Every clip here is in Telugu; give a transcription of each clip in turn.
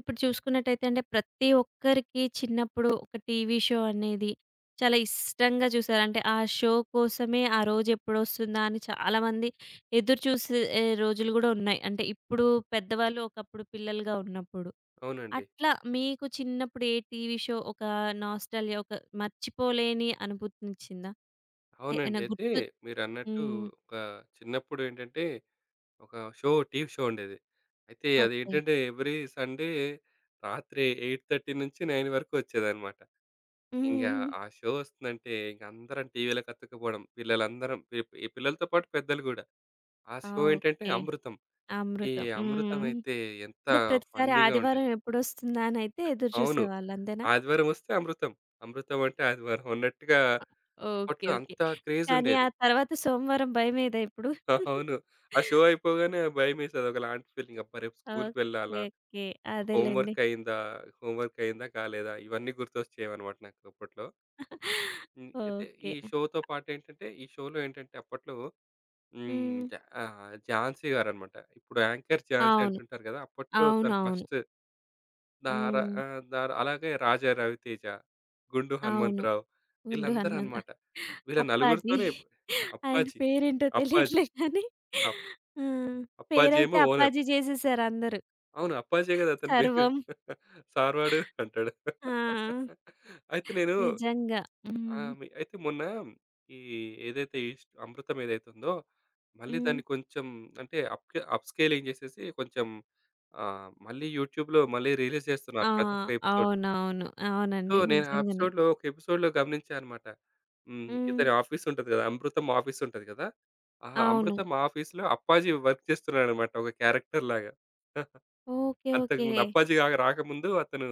ఇప్పుడు చూసుకున్నట్టయితే అంటే ప్రతి ఒక్కరికి చిన్నప్పుడు ఒక టీవీ షో అనేది చాలా ఇష్టంగా చూసారు. అంటే ఆ షో కోసమే ఆ రోజు ఎప్పుడొస్తుందా అని చాలామంది ఎదురు చూసే రోజులు గూడా ఉన్నాయి. అంటే ఇప్పుడు పెద్దవాళ్ళు, ఒకప్పుడు పిల్లలుగా ఉన్నప్పుడు. అవునండి. అట్లా మీకు చిన్నప్పుడు ఏ టీవీ షో ఒక నాస్టాల్జియా ఒక మర్చిపోలేని అనుభూతినిచ్చిందా? అంటే అవునండి. ఏమైనా అయితే గుర్తు మీరన్నట్టు హ్మ్. ఒక చిన్నప్పుడు ఏంటంటే ఒక టీవీ షో ఉండేది. అయితే ఓకే. అదేంటంటే ఎవ్రీ సండే రాత్రి 8:30 నుంచి 9 వరకు వచ్చేదనమాట. హ్మ్. ఇంగా హ్మ్. ఆ షో ఒస్తుందంటే ఇంక అందరం టీవీలకు అతుక్కుపోవడం. పిల్లలందరం పి ఈ పిల్లలతో పాటు పెద్దలు గూడా. ఆ ఆ! షో ఏంటంటే ఓకే. అమృతం. ఈ 'అమృతం.' అమృతం హ్మ్. అయితే ఎంత అంటే ప్రతిసారి ఫన్నీగా ఉండేది. ఆదివారం ఎప్పుడొస్తుందా అనైతే ఎదురు అవును. చూసేవాళ్ళు అంతేనా? ఆదివారం ఒస్తే అమృతం. అమృతం అంటే ఆదివారం అన్నట్టుగా ఓకే. అప్పట్లో ఓకే. అంత క్రేజ్ కానీ ఆ ఉండేది. తర్వాత సోమవారం భయమేదా ఇప్పుడు? అవును. ఆ షో అయిపోగానే భయమేసేది. ఒకలాంటి ఫీలింగ్. అబ్బా! రేపు స్కూల్‌కి వెళ్ళాలా? ఓకే. ఓకే. అదేలెండి. హోంవర్క్ అయిందా? హోంవర్క్ అయిందా? కాలేదా? ఇవన్నీ గుర్తొచ్చేవన్నమాట నాకు అప్పట్లో. హ్మ్. అయితే ఈ ఓకే. షోతో పాటేంటంటే, ఈ షోలో ఏంటంటే అప్పట్లో హ్మ్. హ్మ్. జ ఝాన్సీ గారన్నమాట. ఇప్పుడు యాంకర్ ఝాన్సీ అవును. అంటుంటారు కదా! అప్పట్లో తను అవునవును. ఫస్ట్ దార హ్మ్. దార అలాగే రాజా రవితేజ, గుండు అవును. హనుమంతరావు గుండు వీళ్ళందరూ హనుమంత. అన్నమాట. వీళ్ళ అప్పాజీ నలుగురితోనే ఆయన అప్పాజీ, పేరేంటో అప్పాజీ, తెలీదులే కానీ అప్ ఆ! అప్పాజీ పేరైతే ఏమో ఓనర్. అప్పాజీ చేసేసారు అందరూ. అవును. అప్పాజీ గదా! అతని పేరు. సర్వం. సార్ వాడు అంటాడు. ఆ! అయితే నేను నిజంగా. హ్మ్. మీ అయితే మొన్న ఈ ఏదైతే ఈ స్ అమృతం ఏదైతే ఉందో, మళ్ళీ హ్మ్. దాన్ని కొంచెం అంటే అప్‌స్కేలింగ్ జేసేసి కొంచెం మళ్ళీ యూట్యూబ్‌లో మళ్ళీ రిలీజ్ ఆ! జేస్తున్నారు ప్రతి ఒక్క ఎపిసోడ్. అవునవును. సో, అవునండి. నేను ఆ నిజంగానే. ఎపిసోడ్‌లో ఒక ఎపిసోడ్‌లో గమనించా అనమాట. హ్మ్. హ్మ్. ఇతని ఆఫీస్ ఉంటది గదా! అమృతం ఆఫీస్ ఉంటది గదా! ఆ అవును. అమృతం ఆఫీస్‌లో అప్పాజీ వర్క్ చేస్తున్నాడనమాట ఒక క్యారెక్టర్ లాగా. ఓకే. ఓకే. అంతకుముందు 'అప్పాజీ' గా రాకముందు అతను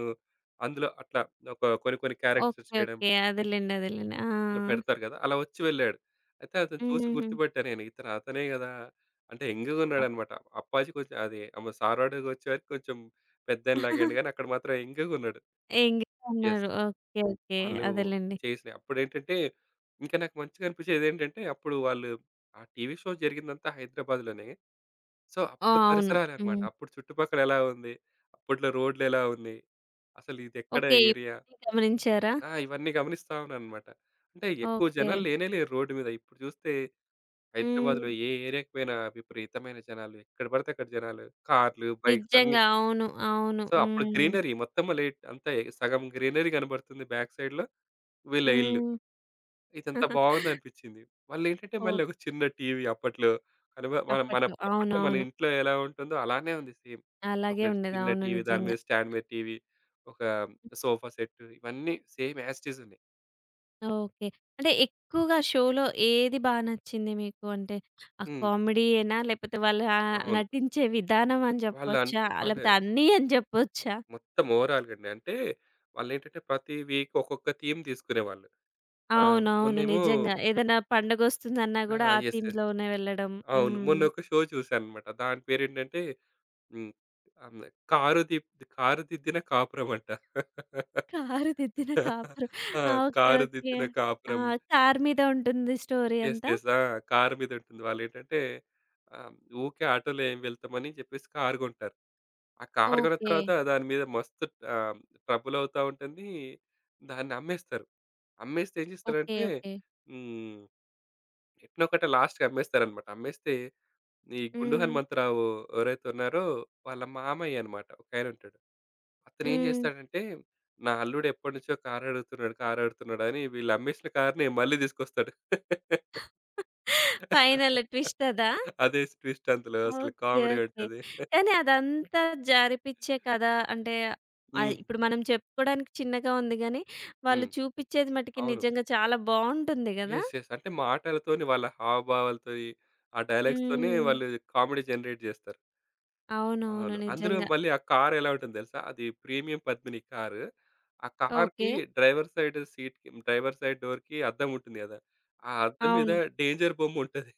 అందులో అట్లా కొన్ని కొన్ని క్యారెక్టర్స్ ఓకే. చేయడం ఓకే. అదేలెండి. అదేలెండి. ఆ! ఇలా పెడతారు కదా! అలా వచ్చి వెళ్ళాడు. అయితే అతను చూసి హుహుహు. గుర్తుపట్టా నేను. ఇతను అతనే కదా! అంటే యంగ్‌గా అప్ ఉన్నాడన్నమాట. 'అప్పాజీ' కొంచెం అది ఆమె 'సార్వాడు' వచ్చేవరకు కొంచెం పెద్దాయనలాగా అయ్యిండు. కానీ అక్కడ మాత్రం యంగ్‌గా ఉన్నాడు. Engage yes. అన్నారు. ఓకే. ఓకే. వాళ్ళు అదేలెండి. చేసినయి. అప్పుడేంటంటే ఇంకా నాకు మంచిగా అనిపించేదేంటంటే అప్పుడు వాళ్ళు ఆ టీవీ షో జరిగిందంతా హైదరాబాద్‌లోనే. సో, ఆ! అప్పుడు అవును. పరిసరాలనమాట. హ్మ్. అప్పుడు చుట్టుపక్కల ఎలా ఉంది? అప్పట్లో రోడ్లెలా ఉంది? అసలు ఇదెక్కడ ఓకే. ఏరియా? ఇవన్నీ గమనించారా? ఆ! ఇవన్నీ గమనిస్తా ఉన్నాననమాట. అంటే ఎక్కువ ఓకే. జనాలు లేనే లేరు రోడ్డు మీద. ఇప్పుడు చూస్తే హైదరాబాద్‌లో హ్మ్. ఏ ఏరియాకి పోయినా విపరీతమైన జనాలు. ఎక్కడ పడితే అక్కడ జనాలు. కార్లు, బైక్స్ అన్నీ. నిజంగా. అవును. అవును. సో, అప్పుడు హ్మ్. గ్రీనరీ మొత్తం లైట్ అంతా సగం గ్రీనరీ కనబడుతుంది బ్యాక్ సైడ్‌లో వీళ్ళ ఇల్లు. హ్మ్. ఇదంతా బాగుందనిపిచ్చింది. మళ్ళేంటంటే, మళ్ళీ ఏంటంటే ఓహ్! మళ్ళీ ఒక చిన్న టీవీ అప్పట్లో మన మన అప్పట్లో. అప్పట్లో మన అవునవును. ఇంట్లో ఎలా ఉంటుందో అలానే ఉంది సేమ్. ఒక అలాగే ఉండేది. చిన్న అవును. టీవీ, దాని నిజంగా. మీద స్టాండ్ మీద టీవీ, ఒక సోఫా సెట్ ఇవన్నీ సేమ్ యాజ్ ఇట్ ఈజ్ ఉన్నాయి. ఓకే. అంటే ఎక్కువగా షోలో ఏది నచ్చింది మీకు? అంటే ఆ హ్మ్. కామెడీయేనా? లేపోతే వాళ్ళ అవును. నటించే విధానం అని జెప్పొచ్చా? వాళ్ళు లేపోతే అన్నీ అని జెప్పొచ్చా? మొత్తం ఓవరాల్‌గా అండి. అంటే వాళ్ళేంటంటే, ప్రతి వీక్ ఒక్కొక్క థీమ్ తీసుకునేవాళ్ళు. ఆ! అవునవును. మొన్నేమో నిజంగా. ఏదైనా పండగొస్తుందన్నా ఆ! గూడా ఆ యెస్. యెస్. థీమ్‌లోనే వెళ్ళడం. అవును. మొన్న హ్మ్. ఒక షో చూశాననమాట. దాని పేరేంటంటే హ్మ్. అమ్మ కారు దిద్దిన కాపురం అంట. కారుదిద్దిన కాపురం. ఆ! ఆ! ఓకే. Car okay. దిద్దిన ఆ! కాపురం. కారు మీద ఉంటుంది స్టోరీ యెస్. అంతా? యెస్. ఆ! కారు మీద ఉంటుంది. వాళ్ళేంటంటే ఆహ్, ఊకే ఆటోలో ఏం వెళ్తామని చెప్పేసి కారు కొంటారు. ఆ కారు కొన్న ఓకే. తర్వాత దాని మీద మస్తు ఆహ్, ట్రబుల్ అవుతా ఉంటుంది. దాన్ని అమ్మేస్తారు. అమ్మేస్తే ఏం ఓకే. చేస్తారంటే ఓకే. హ్మ్. ఎట్నో ఒకట లాస్ట్‌కి అమ్మేస్తారనమాట. అమ్మేస్తే ఈ గుండు హ్మ్. హనుమంతరావు ఎవరైతే ఉన్నారో వాళ్ళ మామయ్య అన్నమాట ఒకాయనుంటాడు. అతనేం హ్మ్. చేస్తాడంటే, నా అల్లుడు ఎప్పటినుంచో కార్ అడుగుతున్నాడు, కార్ అడుగుతున్నాడు అని వీళ్ళు అమ్మేసిన కార్‌ని మళ్ళీ తీసుకొస్తాడు. ఫైనల్ ట్విస్ట్ అదా? అదే ట్విస్ట్ అందులో అసలు ఓకే. Comedy okay. ఉంటది. కానీ అదంతా జారిపిచ్చే కథ అంటే హ్మ్. ఇప్పుడు మనం చెప్పుకోవడానికి చిన్నగా ఉంది గానీ, వాళ్ళు హ్మ్. చూపిచ్చేది మటికి అవును. నిజంగా చాలా బావుంటుంది గదా! యెస్. యెస్. అంటే మాటలతోని వాళ్ళ హావభావాలతోని, ఆ డైలాగ్స్‌తోనే హ్మ్. వాళ్ళు కామెడీ జనరేట్ చేస్తారు. అవునవును. అవును. అందులో నిజంగా. మళ్ళీ ఆ కార్ ఎలా ఉంటుంది తెలుసా? అది ప్రీమియం పద్మిని కారు. ఆ కార్‌కి okay. Driver side driver side డోర్‌కి అద్దం ఉంటుంది కదా! ఆ అద్దం మీద అవును. డేంజర్ బొమ్మ ఉంటది.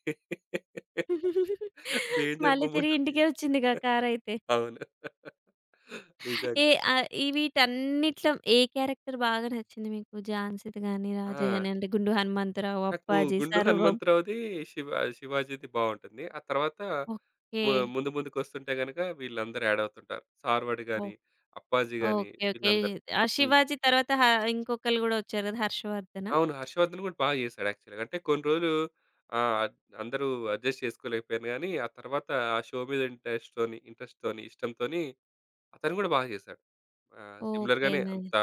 డేంజర్ మళ్ళీ తిరిగి మూవుంటది. ఇంటికే వచ్చిందిగా కారైతే. అవును. ఏ నిజంగా. ఈ వీటన్నిట్లో ఏ క్యారెక్టర్ బాగా నచ్చింది మీకు? ఝాన్సీది గాని, రాజా ఆ! గాని అంటే 'గుండు హనుమంతరావు', నాకు 'అప్పాజీ', 'గుండు 'సర్వం'. హనుమంతరావు'ది, శివ 'శివాజీది' బావుంటుంది. ఆ తర్వాత ఓకే. ముందు ముందుకొస్తుంటే గనక వీళ్ళందరూ యాడ్ అవుతుంటారు. 'సార్వడ్' ఓహ్! గాని, 'అప్పాజీ' గాని ఓకే. ఓకే. వీళ్ళందరూ. ఆ హ్మ్. 'శివాజీ' తర్వాత ఇంకొకళ్ళు గూడా వచ్చారు గదా! 'హర్షవర్ధనా'? అవును. 'హర్షవర్ధన్' గూడా బాగా చేశాడు యాక్చువల్‌గా. అంటే కొన్ని రోజులు ఆహ్, అందరూ అడ్జస్ట్ చేసుకోలేకపోయారు గానీ, ఆ తర్వాత ఆ షో మీద ఇంట్రెస్ట్‌తోని ఇంట్రెస్ట్‌తోని, ఇష్టంతోని అతను గూడా బాగా చేశాడు. సిమిలర్‌గానే ఓకేనండి. అంత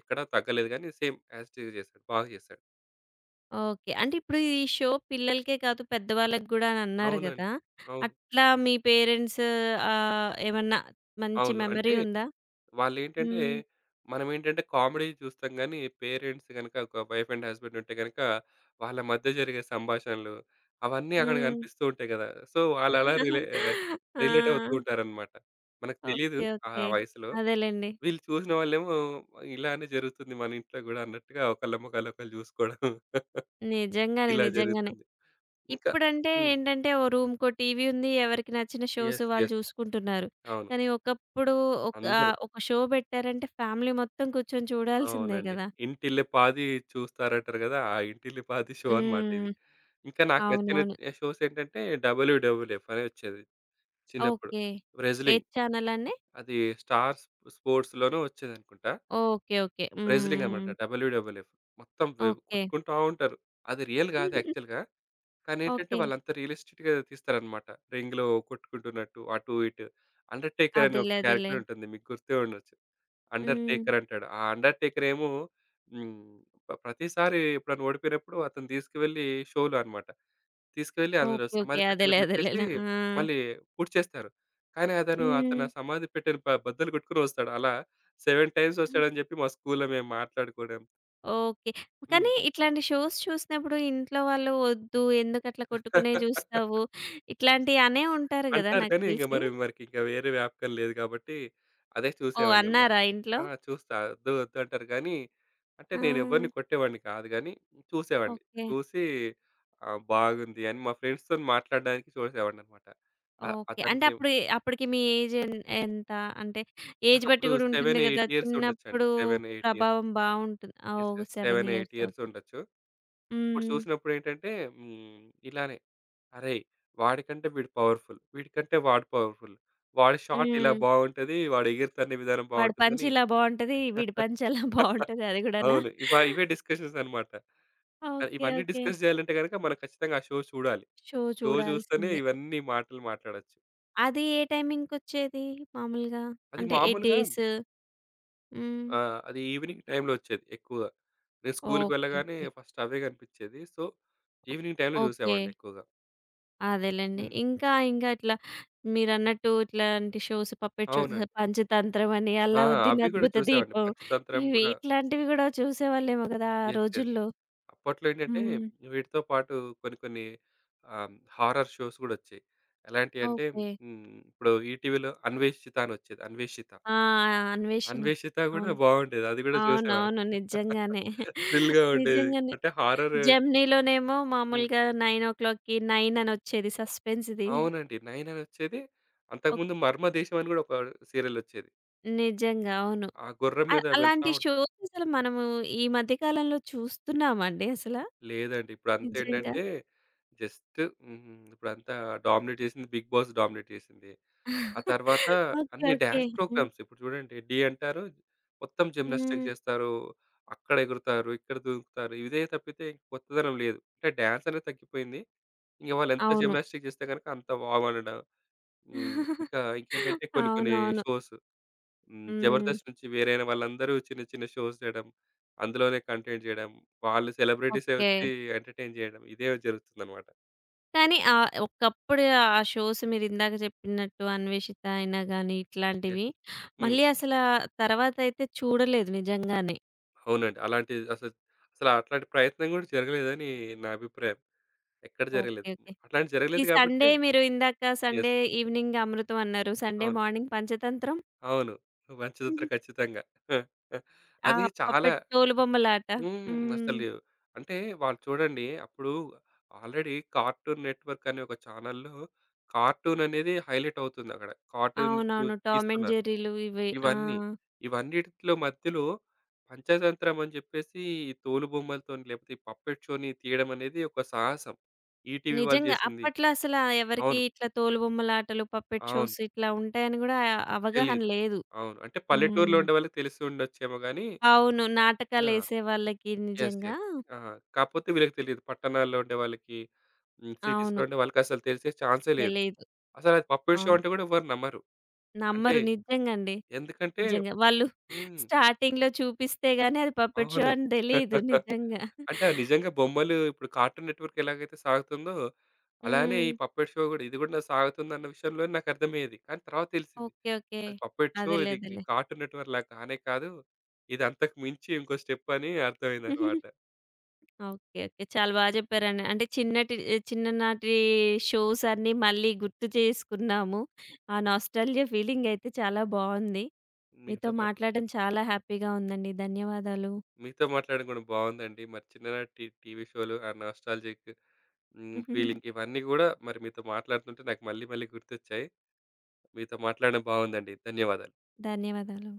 ఎక్కడ తగ్గలేదు గానీ సేమ్ యాజ్ ఇట్ ఈజ్ చేశాడు. బాగా చేశాడు. ఓకే. అంటే ఇప్పుడు ఈ షో పిల్లలకే కాదు పెద్దవాళ్ళకి గూడా అనన్నారు అవునండి. గదా! అవును. అట్లా మీ పేరెంట్స్ ఏమన్నా మంచి అవును. మెమరీ అంటే ఉందా? వాళ్ళేంటంటే హ్మ్. మనమేంటంటే కామెడీ చూస్తాం గానీ, పేరెంట్స్ గనక ఒక వైఫ్ అండ్ హస్బెండ్ ఉంటే గనక వాళ్ళ మధ్య జరిగే సంభాషణలు అవన్నీ అక్కడ హ్మ్. కనిపిస్తూ ఉంటాయి గదా! సో, వాళ్ళలా ఆ! రిలేట్ అవుతూ ఉంటారనమాట. మనకు తెలీదు ఓకే. ఆ ఓకే. వయసులో. అదేలెండి. వీళ్ళు చూసిన వాళ్ళేమో ఇలానే జరుగుతుంది మన ఇంట్లో గూడా అన్నట్టుగా ఒకళ్ళ మొఖాలు ఒకళ్ళు జూసుకోవడం నిజంగానే. ఇలా నిజంగానే. జరుగుతుంది. ఇంకా ఇప్పుడంటే హ్మ్. ఏంటంటే, ఓ రూమ్‌కో టీవీ ఉంది. ఎవరికి నచ్చిన షోస్ యెస్. వాళ్ళు యెస్. చూసుకుంటున్నారు. అవును. కానీ ఒకప్పుడు ఒక అందరూ. ఒక షో పెట్టారంటే ఫ్యామిలీ మొత్తం కూర్చొని చూడాల్సిందే అవునండి. గదా! ఇంటిల్లిపాది చూస్తారంటారు గదా! ఆ ఇంటిల్లిపాది షో అన్నమాట ఇది. హ్మ్. ఇంకా నాకు నచ్చిన అవునవును. షోస్ ఏంటంటే డబ్ల్యూడబ్ల్యూఎఫ్ అని వచ్చేది చిన్నప్పుడు. ఓకే. ఏ రెజ్లింగ్ ఛానెలండి? అది స్టార్ స్పోర్ట్స్‌లోనో వచ్చేదనుకుంటా. ఓకే. ఓకే. రెజ్లింగ్ హ్మ్. అన్నమాట డబ్ల్యూడబ్ల్యూఎఫ్. మొత్తం ఓకే. కొట్టుకుంటా ఉంటారు. అది రియల్ గాదు యాక్చువల్‌గా. కానీ ఏంటంటే ఓకే. వాళ్ళంతా రియలిస్టిక్‌గా తీస్తారన్నమాట. రింగ్‌లో కొట్టుకుంటున్నట్టు అటు ఇటు. అండర్‌టేకర్ అని ఒక అదేలే. అదేలే. క్యారెక్టర్ ఉంటుంది. మీకు గుర్తే ఉండొచ్చు. అండర్ హ్మ్. టేకర్ అంటాడు. ఆ అండర్ టేకర్ ఏమో హ్మ్. ప్రతిసారి ఎప్పుడైనా ఓడిపోయినప్పుడు అతను తీసుకువెళ్ళి షోలో అన్నమాట. తీసుకువెళ్ళి అందులో ఓకే. ఓకే. సమాధి పెట్టెలో అదేలే. పెట్టేసి అదేలేలే. ఆ! మళ్ళీ పూడ్చేస్తారు. కానీ అతను అతను హ్మ్. ఆ సమాధి పెట్టెను బద్దలు కొట్టుకొని వస్తాడు. అలా 7 టైమ్స్ వచ్చాడని చెప్పి మా స్కూల్‌లో మేము మాట్లాడుకోవడం. ఓకే. హ్మ్. కానీ ఇట్లాంటి షోస్ చూసినప్పుడు ఇంట్లో వాళ్ళు వద్దు, ఎందుకట్లా కొట్టుకునేయి జూస్తావు, ఇట్లాంటియి అనే ఉంటారు గదా! అంటారు నాకు కానీ ఇంక తెలిసి. మరి మరికి ఇంక వేరే వ్యాపకం లేదు కాబట్టి అదే ఓహ్! చూసేవాడినన్నమాట. అన్నారా ఇంట్లో? ఆ! చూస్తా వద్దు వద్దు అంటారు కానీ, అంటే ఆ! నేనెవ్వరిని కొట్టేవాడిని కాదు గానీ చూసేవాడిని. ఓకే. చూసి బాగుంది అని మా ఫ్రెండ్స్‌తోని మాట్లాడడానికి చూసేవాడినన్నమాట. అ ఓకే. అంటే అతనికి అప్పుడు అప్పటికి మీ ఏజ్ ఎంత? అంటే ఏజ్ బట్టి నాకప్పుడు గూడా 7, ఉంటుంది గదా! 8 ఇయర్స్ ఉండొచ్చండి. చిన్నప్పుడు 7, 8 ఇయర్స్. ప్రభావం బావుంటుంది. యెస్. ఓహ్! యెస్. 7, 7 ఇయర్స్. 8 years okay. ఉండొచ్చు. అప్పుడు హ్మ్. చూసినప్పుడేంటంటే హ్మ్. ఇలానే అరేయ్! వాడికంటే వీడు పవర్‌ఫుల్. వీడికంటే వాడు పవర్‌ఫుల్. వాడి షాట్ ఇలా హ్మ్. బావుంటది. వాడు ఎగిరితన్నే విధానం వాడి పంచ్ బావుంటుందని ఇలా బావుంటది, వీడి పంచ్ అలా బావుంటది అది గూడానా? అవును. ఇవే డిస్కషన్స్ అన్నమాట. ఓకే. ఇవన్నీ ఓకే. డిస్కస్ చేయాలంటే గనుక మనం ఖచ్చితంగా ఆ షో చూడాలి. షో షో చూస్తేనే చూడాల్సిందే. ఇవన్నీ మాటలు మాట్లాడొచ్చు. అది ఏ టైమింగ్‌కొచ్చేది మామూలుగా? అది అంటే ఏ మామూలుగా డేస్? హ్మ్. అది ఈవినింగ్ టైమ్‌లో వచ్చేది ఎక్కువగా. నేను స్కూల్‌కి ఓకే. వెళ్ళగానే ఓకే. ఫస్ట్ అవే కనిపించేది. సో, ఈవినింగ్ టైమ్‌లో ఓకే. చూసేవాడిని ఎక్కువగా. అదేలెండి. హ్మ్. ఇంకా, ఇంకా ఇట్లా మీరన్నట్టు ఇట్లాంటి షోస్ పప్పెట్ షోస్ అవునండి. 'పంచతంత్రం' అని, ఆ! 'అల్లావుద్దీన్ అవి కూడా అద్భుత చూసేవాడిని. దీపం' పంచతంత్రం ఇవి కూడా. ఇట్లాంటివి గూడా చూసేవాళ్ళేమో గదా! ఆ యెస్. యెస్. రోజుల్లో. అప్పట్లో ఏంటంటే హ్మ్. వీటితో పాటు కొన్ని కొన్ని హారర్ షోస్ గూడా వచ్చాయి. ఎలాంటియి అంటే ఓకే. హ్మ్. ఇప్పుడు ఈటీవీలో 'అన్వేషిత' అని వచ్చేది. 'అన్వేషిత.' ఆ! అన్వేషణ. 'అన్వేషిత' గూడా అవును. బాగుండేది. అది గూడా చూసేవాడిని. అవునవును. నిజంగానే. థ్రిల్‌గా ఉండేది. నిజంగానే. అంటే హారర్ జెమినీలోనేమో హ్మ్. మామూలుగా 9:00కి 9 అనొచ్చేది సస్పెన్స్‌ది. అవునండి. 9 అని వచ్చేది. అంతకుముందు 'మర్మదేశం' అని గూడా ఒక సీరియల్ వచ్చేది. నిజంగా. అవును. ఆ గుర్రం మీద వెళ్తా అలాంటి ఉంటది. షోస్ అసలు మనము ఈ మధ్య కాలంలో చూస్తున్నామండి అసల? లేదండి. ఇప్పుడంతా నిజంగా. ఏంటంటే జస్ట్ హ్మ్. ఇప్పుడంతా డామినేట్ చేసింది 'బిగ్ బాస్' డామినేట్ చేసింది. ఆ తర్వాత ఓకే. అన్ని ఓకే. డాన్స్ హ్మ్. ప్రోగ్రామ్స్. ఇప్పుడు చూడండి 'ఢీ' అంటారు. మొత్తం జిమ్నాస్టిక్ హ్మ్. చేస్తారు. అక్కడ ఎగురుతారు, ఇక్కడ దూకుతారు. ఇదే తప్పితే ఇంక కొత్తదనం లేదు. అంటే డాన్స్ అనేది తగ్గిపోయింది. ఇంక వాళ్ళు ఎంత అవును. జిమ్నాస్టిక్ చేస్తే గనుక అంత బాగుండడం. హ్మ్. ఇంకేంటంటే కొన్ని కొన్ని అవునవును. షోస్ హ్మ్. హ్మ్. 'జబర్దస్త్' నుంచి వేరైన వాళ్ళందరూ చిన్న చిన్న షోస్ చేయడం. అందులోనే కంటెంట్ చేయడం. వాళ్ళు సెలబ్రిటీసే ఓకే. వచ్చి ఎంటర్‌టైన్ చేయడం. ఇదే జరుగుతుందన్నమాట. కానీ ఒకప్పుడు ఆ షోస్ మీరిందాక చెప్పినట్టు 'అన్వేషిత' అయినా గాని యెస్. ఇట్లాంటివి హ్మ్. మళ్ళీ అసలా తర్వాతయితే చూడలేదు నిజంగానే. అవునండి. అసలు అట్లాంటి ప్రయత్నం గూడా జరగలేదని నా అభిప్రాయం. ఎక్కడ ఓకే. జరగలేదు. ఓకే. అట్లాంటిది ఈ జరగలేదు గాబట్టి సండే మీరు ఇందాక సండే యెస్. ఈవెనింగ్ అమృతం అన్నారు. సండే అవును. మార్నింగ్ పంచతంత్రం? అవును. మంచి ఉత్తరం ఖచ్చితంగా. ఆ! అది చాలా పప్పెట్ తోలుబొమ్మలాట. హ్మ్. హ్మ్. అసలు అంటే వాళ్ళు చూడండి అప్పుడు ఆల్రెడీ 'కార్టూన్ నెట్‌వర్క్' అనే ఒక ఛానెల్‌లో కార్టూన్ అనేది హైలైట్ అవుతుందక్కడ. కార్టూన్ చు అవునవును. టామ్ అండ్ తీస్తున్నారు. జెర్రీలు ఇవే. ఆ! ఇవన్నీ. ఇవన్నిటిలో మధ్యలో పంచతంత్రం అని చెప్పేసి ఈ తోలుబొమ్మలతోని, లేకపోతే ఈ పప్పెట్ షోని తీయడం అనేది ఒక సాహసం. ఈటీవీ వాళ్ళు నిజంగా చేసింది. అప్పట్లో అసల ఎవరికీ అవును. ఇట్లా తోలుబొమ్మలాటలు, పప్పెట్ అవును. షోస్ ఇట్లా ఉంటాయని గూడా అవగాహన తెలీదు. లేదు. అవును. అంటే పల్లెటూరులో హ్మ్. ఉండే వాళ్ళకి తెలిసి ఉండొచ్చేమో గానీ అవును. ఆ! నాటకాలేసే వాళ్ళకి యెస్. నిజంగా యెస్. ఆ! కాకపోతే వీళ్ళకి తెలీదు. పట్టణాల్లో ఉండే వాళ్ళకి, హ్మ్. సిటీస్‌లో అవును. ఉండే వాళ్ళకసలు తెలిసే ఛాన్సే లేదు. తెలీదు. అసలది పప్పెట్ షో అవును. అంటే గూడా ఎవ్వరు నమ్మరు. అంటే నమ్మరు నిజంగండి. ఎందుకంటే నిజంగా. వాళ్ళు హ్మ్. స్టార్టింగ్‌లో చూపిస్తే గాని అది పప్పెట్ షో అవును. అని తెలీదు నిజంగా. అంటే అవి నిజంగా బొమ్మలు ఇప్పుడు కార్టూన్ నెట్‌వర్క్ ఎలాగైతే సాగుతుందో, అలానే హ్మ్. ఈ పప్పెట్ షో గూడా ఇది గూడా సాగుతుందన్న విషయంలో నాకర్థమయ్యేది. కానీ తర్వాత తెలిసింది. ఓకే. ఓకే. అది పప్పెట్ షో అదేలే. ఇది ఈ అదేలే. కార్టూన్ నెట్‌వర్క్ లాగా కానే కాదు. ఇది అంతకు మించి ఇంకో స్టెప్ అని అర్థమైందనమాట. ఓకే. ఓకే. చాలా చెప్పారండి. అంటే చిన్నటి చిన్ననాటి షోస్ అన్నీ మళ్ళీ గుర్తు చేసుకున్నాము. ఆ నాస్టాల్జియా ఫీలింగ్ అయితే చాలా బావుంది. మీతో మీతో మాట్లా మాట్లాడడం చాలా హ్యాపీగా ఉందండి. ధన్యవాదాలు. మీతో మాట్లాడడం గూడా బావుందండి. మరి చిన్ననాటి టీవీ షోలు ఆ నాస్టాల్జిక్ హ్మ్. ఫీలింగ్ ఇవన్నీ గూడా మరి మీతో మాట్లాడుతుంటే నాకు మళ్ళీ మళ్ళీ గుర్తొచ్చాయి. మీతో మాట్లాడడం బావుందండి. ధన్యవాదాలు. ధన్యవాదాలు.